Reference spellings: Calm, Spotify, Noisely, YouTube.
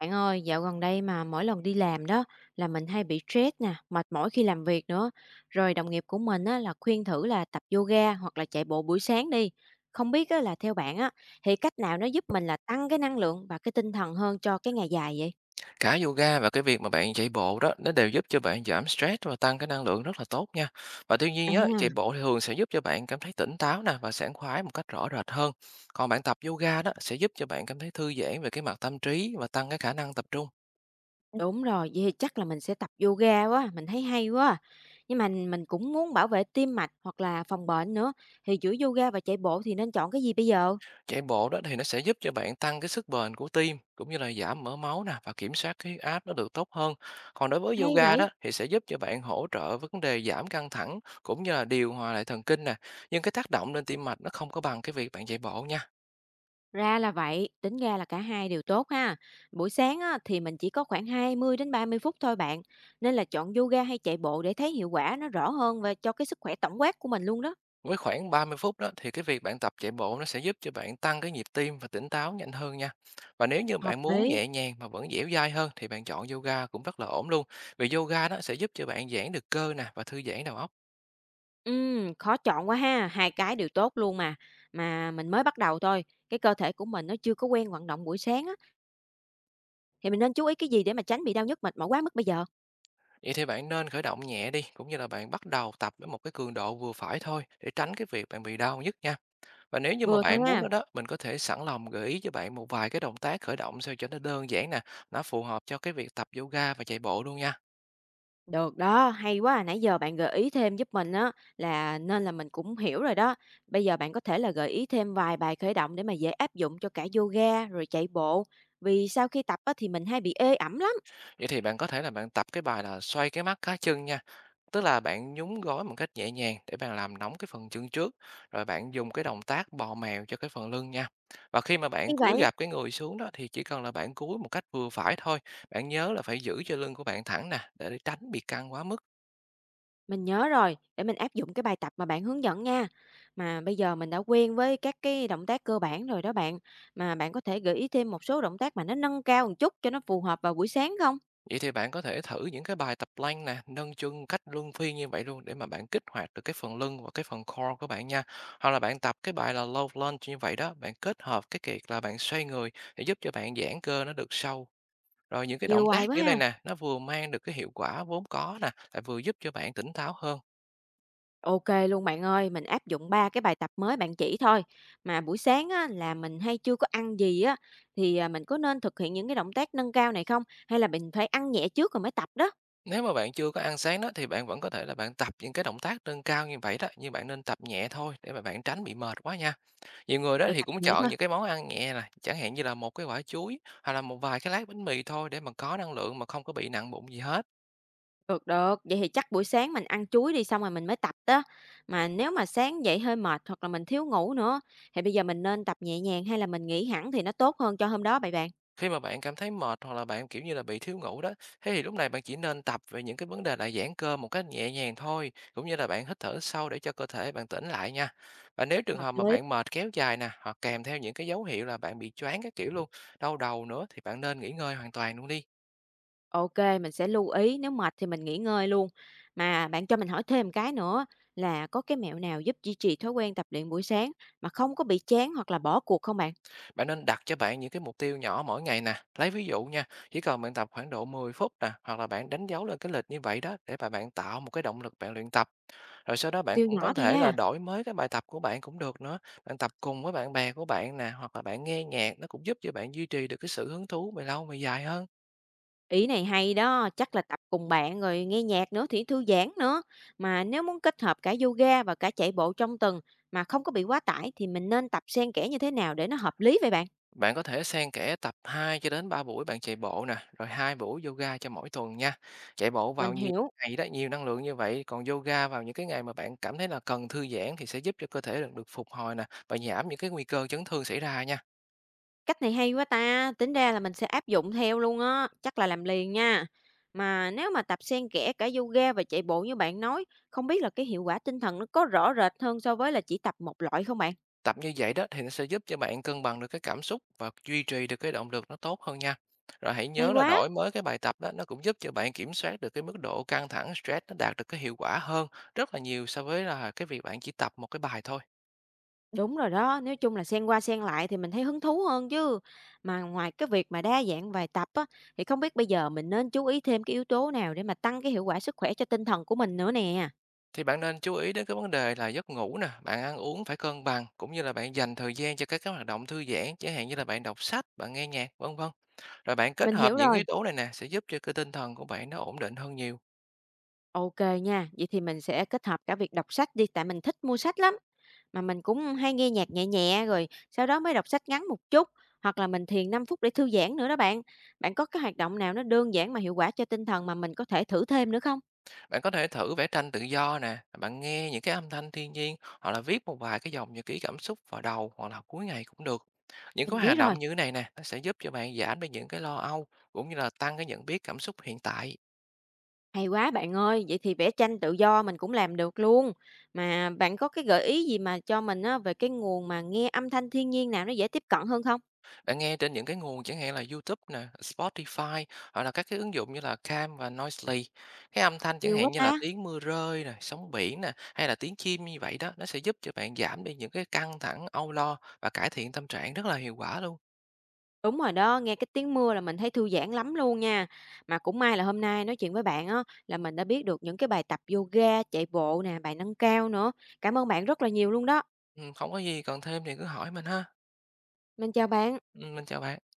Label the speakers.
Speaker 1: Bạn ơi, dạo gần đây mà mỗi lần đi làm đó là mình hay bị stress nè, mệt mỏi khi làm việc nữa. Rồi đồng nghiệp của mình á, là khuyên thử là tập yoga hoặc là chạy bộ buổi sáng đi. Không biết á, là theo bạn á, thì cách nào nó giúp mình là tăng cái năng lượng và cái tinh thần hơn cho cái ngày dài vậy?
Speaker 2: Cả yoga và cái việc mà bạn chạy bộ đó, nó đều giúp cho bạn giảm stress và tăng cái năng lượng rất là tốt nha. Và tuy nhiên á,
Speaker 1: À,
Speaker 2: chạy bộ thì thường sẽ giúp cho bạn cảm thấy tỉnh táo nè và sảng khoái một cách rõ rệt hơn. Còn bạn tập yoga đó sẽ giúp cho bạn cảm thấy thư giãn về cái mặt tâm trí và tăng cái khả năng tập trung.
Speaker 1: đúng rồi, vậy thì chắc là mình sẽ tập yoga quá, mình thấy hay quá. À. Nhưng mà mình cũng muốn bảo vệ tim mạch hoặc là phòng bệnh nữa. Thì giữa yoga và chạy bộ thì nên chọn cái gì bây giờ?
Speaker 2: Chạy bộ đó thì nó sẽ giúp cho bạn tăng cái sức bền của tim cũng như là giảm mỡ máu nè và kiểm soát cái huyết áp nó được tốt hơn. Còn đối với
Speaker 1: Hay
Speaker 2: yoga
Speaker 1: vậy?
Speaker 2: đó thì sẽ giúp cho bạn hỗ trợ vấn đề giảm căng thẳng cũng như là điều hòa lại thần kinh nè. Nhưng cái tác động lên tim mạch nó không có bằng cái việc bạn chạy bộ nha.
Speaker 1: Ra là vậy, tính ra là cả hai đều tốt ha. Buổi sáng á, thì mình chỉ có khoảng 20 đến 30 phút thôi bạn, nên là chọn yoga hay chạy bộ để thấy hiệu quả nó rõ hơn và cho cái sức khỏe tổng quát của mình luôn đó.
Speaker 2: Với khoảng 30 phút đó thì cái việc bạn tập chạy bộ nó sẽ giúp cho bạn tăng cái nhịp tim và tỉnh táo nhanh hơn nha. Và nếu như
Speaker 1: Hợp
Speaker 2: bạn muốn
Speaker 1: lý.
Speaker 2: nhẹ nhàng mà vẫn dẻo dai hơn thì bạn chọn yoga cũng rất là ổn luôn. Vì yoga đó sẽ giúp cho bạn giãn được cơ nè và thư giãn đầu óc.
Speaker 1: Ừ, khó chọn quá ha, hai cái đều tốt luôn mà. Mà mình mới bắt đầu thôi, cái cơ thể của mình nó chưa có quen vận động buổi sáng á, thì mình nên chú ý cái gì để mà tránh bị đau nhức mệt mỏi quá mức bây giờ?
Speaker 2: Vậy thì bạn nên khởi động nhẹ đi, cũng như là bạn bắt đầu tập với một cái cường độ vừa phải thôi để tránh cái việc bạn bị đau nhức nha. Và nếu như mà
Speaker 1: Vừa thôi
Speaker 2: bạn muốn
Speaker 1: ha.
Speaker 2: đó đó, mình có thể sẵn lòng gợi ý cho bạn một vài cái động tác khởi động sao cho nó đơn giản nè, nó phù hợp cho cái việc tập yoga và chạy bộ luôn nha.
Speaker 1: Được đó, hay quá à, nãy giờ bạn gợi ý thêm giúp mình á, là nên là mình cũng hiểu rồi đó. Bây giờ bạn có thể là gợi ý thêm vài bài khởi động để mà dễ áp dụng cho cả yoga rồi chạy bộ. Vì sau khi tập á, thì mình hay bị ê ẩm lắm.
Speaker 2: Vậy thì bạn có thể là bạn tập cái bài là xoay cái mắt cá chân nha, tức là bạn nhún gối một cách nhẹ nhàng để bạn làm nóng cái phần chân trước, rồi bạn dùng cái động tác bò mèo cho cái phần lưng nha. Và khi mà
Speaker 1: Như
Speaker 2: bạn
Speaker 1: vậy,
Speaker 2: cúi gạp cái người xuống đó thì chỉ cần là bạn cúi một cách vừa phải thôi, bạn nhớ là phải giữ cho lưng của bạn thẳng nè để tránh bị căng quá mức.
Speaker 1: mình nhớ rồi, để mình áp dụng cái bài tập mà bạn hướng dẫn nha. Mà bây giờ mình đã quen với các cái động tác cơ bản rồi đó bạn. Mà bạn có thể gợi ý thêm một số động tác mà nó nâng cao một chút cho nó phù hợp vào buổi sáng không?
Speaker 2: Vậy thì bạn có thể thử những cái bài tập plank nè, nâng chân cách luân phiên như vậy luôn để mà bạn kích hoạt được cái phần lưng và cái phần core của bạn nha. Hoặc là bạn tập cái bài là low lunge như vậy đó, bạn kết hợp cái việc là bạn xoay người để giúp cho bạn giãn cơ nó được sâu. Rồi những cái
Speaker 1: Nhiều
Speaker 2: động
Speaker 1: hoài
Speaker 2: tác
Speaker 1: quá
Speaker 2: như này
Speaker 1: ha.
Speaker 2: nè, nó vừa mang được cái hiệu quả vốn có nè, lại vừa giúp cho bạn tỉnh táo hơn.
Speaker 1: OK luôn bạn ơi, mình áp dụng 3 cái bài tập mới bạn chỉ thôi. Mà buổi sáng á, là mình hay chưa có ăn gì á, thì, mình có nên thực hiện những cái động tác nâng cao này không? Hay là mình phải ăn nhẹ trước rồi mới tập đó?
Speaker 2: Nếu mà bạn chưa có ăn sáng đó thì bạn vẫn có thể là bạn tập những cái động tác nâng cao như vậy đó, nhưng bạn nên tập nhẹ thôi để mà bạn tránh bị mệt quá nha. Nhiều người đó
Speaker 1: Phải
Speaker 2: thì
Speaker 1: tập
Speaker 2: cũng
Speaker 1: nhẹ
Speaker 2: chọn
Speaker 1: thôi.
Speaker 2: những cái món ăn nhẹ này, chẳng hạn như là một cái quả chuối hoặc là một vài cái lát bánh mì thôi để mà có năng lượng mà không có bị nặng bụng gì hết.
Speaker 1: Được, được, vậy thì chắc buổi sáng mình ăn chuối đi xong rồi mình mới tập đó. Mà nếu mà sáng dậy hơi mệt hoặc là mình thiếu ngủ nữa, thì bây giờ mình nên tập nhẹ nhàng hay là mình nghỉ hẳn thì nó tốt hơn cho hôm đó vậy bạn?
Speaker 2: Khi mà bạn cảm thấy mệt hoặc là bạn kiểu như là bị thiếu ngủ đó, thế thì lúc này bạn chỉ nên tập về những cái vấn đề là giãn cơ một cách nhẹ nhàng thôi, cũng như là bạn hít thở sâu để cho cơ thể bạn tỉnh lại nha. Và nếu trường
Speaker 1: Hợp
Speaker 2: hợp mà
Speaker 1: lý.
Speaker 2: bạn mệt kéo dài nè, hoặc kèm theo những cái dấu hiệu là bạn bị choáng các kiểu luôn, đau đầu nữa thì bạn nên nghỉ ngơi hoàn toàn luôn đi.
Speaker 1: OK, mình sẽ lưu ý, nếu mệt thì mình nghỉ ngơi luôn. Mà bạn cho mình hỏi thêm cái nữa là có cái mẹo nào giúp duy trì thói quen tập luyện buổi sáng mà không có bị chán hoặc là bỏ cuộc không bạn?
Speaker 2: Bạn nên đặt cho bạn những cái mục tiêu nhỏ mỗi ngày nè. Lấy ví dụ nha, chỉ cần bạn tập khoảng độ 10 phút nè, hoặc là bạn đánh dấu lên cái lịch như vậy đó để mà bạn tạo một cái động lực bạn luyện tập. Rồi sau đó bạn
Speaker 1: Tiêu
Speaker 2: cũng có
Speaker 1: nhỏ thôi
Speaker 2: thể
Speaker 1: ha.
Speaker 2: là đổi mới cái bài tập của bạn cũng được nữa. Bạn tập cùng với bạn bè của bạn nè, hoặc là bạn nghe nhạc nó cũng giúp cho bạn duy trì được cái sự hứng thú về lâu về dài hơn.
Speaker 1: Ý này hay đó, chắc là tập cùng bạn rồi nghe nhạc nữa thì thư giãn nữa. Mà nếu muốn kết hợp cả yoga và cả chạy bộ trong tuần mà không có bị quá tải thì mình nên tập xen kẽ như thế nào để nó hợp lý vậy bạn?
Speaker 2: Bạn có thể xen kẽ tập 2 cho đến 3 buổi bạn chạy bộ nè, rồi 2 buổi yoga cho mỗi tuần nha. Chạy bộ
Speaker 1: Mình
Speaker 2: vào nhiều
Speaker 1: hiểu.
Speaker 2: ngày đó, nhiều năng lượng như vậy, còn yoga vào những cái ngày mà bạn cảm thấy là cần thư giãn thì sẽ giúp cho cơ thể được phục hồi nè và giảm những cái nguy cơ chấn thương xảy ra nha.
Speaker 1: Cách này hay quá ta, tính ra là mình sẽ áp dụng theo luôn á, chắc là làm liền nha. Mà nếu mà tập xen kẽ cả yoga và chạy bộ như bạn nói, không biết là cái hiệu quả tinh thần nó có rõ rệt hơn so với là chỉ tập một loại không bạn?
Speaker 2: Tập như vậy đó thì nó sẽ giúp cho bạn cân bằng được cái cảm xúc và duy trì được cái động lực nó tốt hơn nha. Rồi hãy
Speaker 1: Hay
Speaker 2: nhớ là
Speaker 1: quá.
Speaker 2: đổi mới cái bài tập đó nó cũng giúp cho bạn kiểm soát được cái mức độ căng thẳng stress nó đạt được cái hiệu quả hơn rất là nhiều so với là cái việc bạn chỉ tập một cái bài thôi.
Speaker 1: Đúng rồi đó, nói chung là xen qua xen lại thì mình thấy hứng thú hơn chứ. Mà ngoài cái việc mà đa dạng bài tập á, thì không biết bây giờ mình nên chú ý thêm cái yếu tố nào để mà tăng cái hiệu quả sức khỏe cho tinh thần của mình nữa nè.
Speaker 2: Thì bạn nên chú ý đến cái vấn đề là giấc ngủ nè, bạn ăn uống phải cân bằng cũng như là bạn dành thời gian cho các cái hoạt động thư giãn, chẳng hạn như là bạn đọc sách, bạn nghe nhạc, vân vân. Rồi bạn kết
Speaker 1: Mình
Speaker 2: hợp
Speaker 1: hiểu
Speaker 2: những
Speaker 1: rồi.
Speaker 2: yếu tố này nè sẽ giúp cho cái tinh thần của bạn nó ổn định hơn nhiều.
Speaker 1: OK nha, vậy thì mình sẽ kết hợp cả việc đọc sách đi, tại mình thích mua sách lắm. Mà mình cũng hay nghe nhạc nhẹ nhẹ rồi sau đó mới đọc sách ngắn một chút, hoặc là mình thiền 5 phút để thư giãn nữa đó bạn. Bạn có cái hoạt động nào nó đơn giản mà hiệu quả cho tinh thần mà mình có thể thử thêm nữa không?
Speaker 2: Bạn có thể thử vẽ tranh tự do nè, bạn nghe những cái âm thanh thiên nhiên hoặc là viết một vài cái dòng nhật ký cảm xúc vào đầu hoặc là cuối ngày cũng được. Những
Speaker 1: Mình
Speaker 2: cái
Speaker 1: biết
Speaker 2: hoạt động
Speaker 1: rồi,
Speaker 2: như thế này nè, nó sẽ giúp cho bạn giảm đi những cái lo âu cũng như là tăng cái nhận biết cảm xúc hiện tại.
Speaker 1: hay quá bạn ơi, vậy thì vẽ tranh tự do mình cũng làm được luôn. Mà bạn có cái gợi ý gì mà cho mình á về cái nguồn mà nghe âm thanh thiên nhiên nào nó dễ tiếp cận hơn không?
Speaker 2: Bạn nghe trên những cái nguồn chẳng hạn là YouTube nè, Spotify hoặc là các cái ứng dụng như là Calm và Noisely. Cái âm thanh chẳng
Speaker 1: Nhiều quá
Speaker 2: hạn như là
Speaker 1: ta.
Speaker 2: tiếng mưa rơi nè, sóng biển nè hay là tiếng chim như vậy đó, nó sẽ giúp cho bạn giảm đi những cái căng thẳng, âu lo và cải thiện tâm trạng rất là hiệu quả luôn.
Speaker 1: Đúng rồi đó, nghe cái tiếng mưa là mình thấy thư giãn lắm luôn nha. Mà cũng may là hôm nay nói chuyện với bạn á là mình đã biết được những cái bài tập yoga, chạy bộ nè, bài nâng cao nữa. Cảm ơn bạn rất là nhiều luôn đó.
Speaker 2: Ừ, không có gì cần thêm thì cứ hỏi mình ha.
Speaker 1: Mình chào bạn.
Speaker 2: Ừ, mình chào bạn.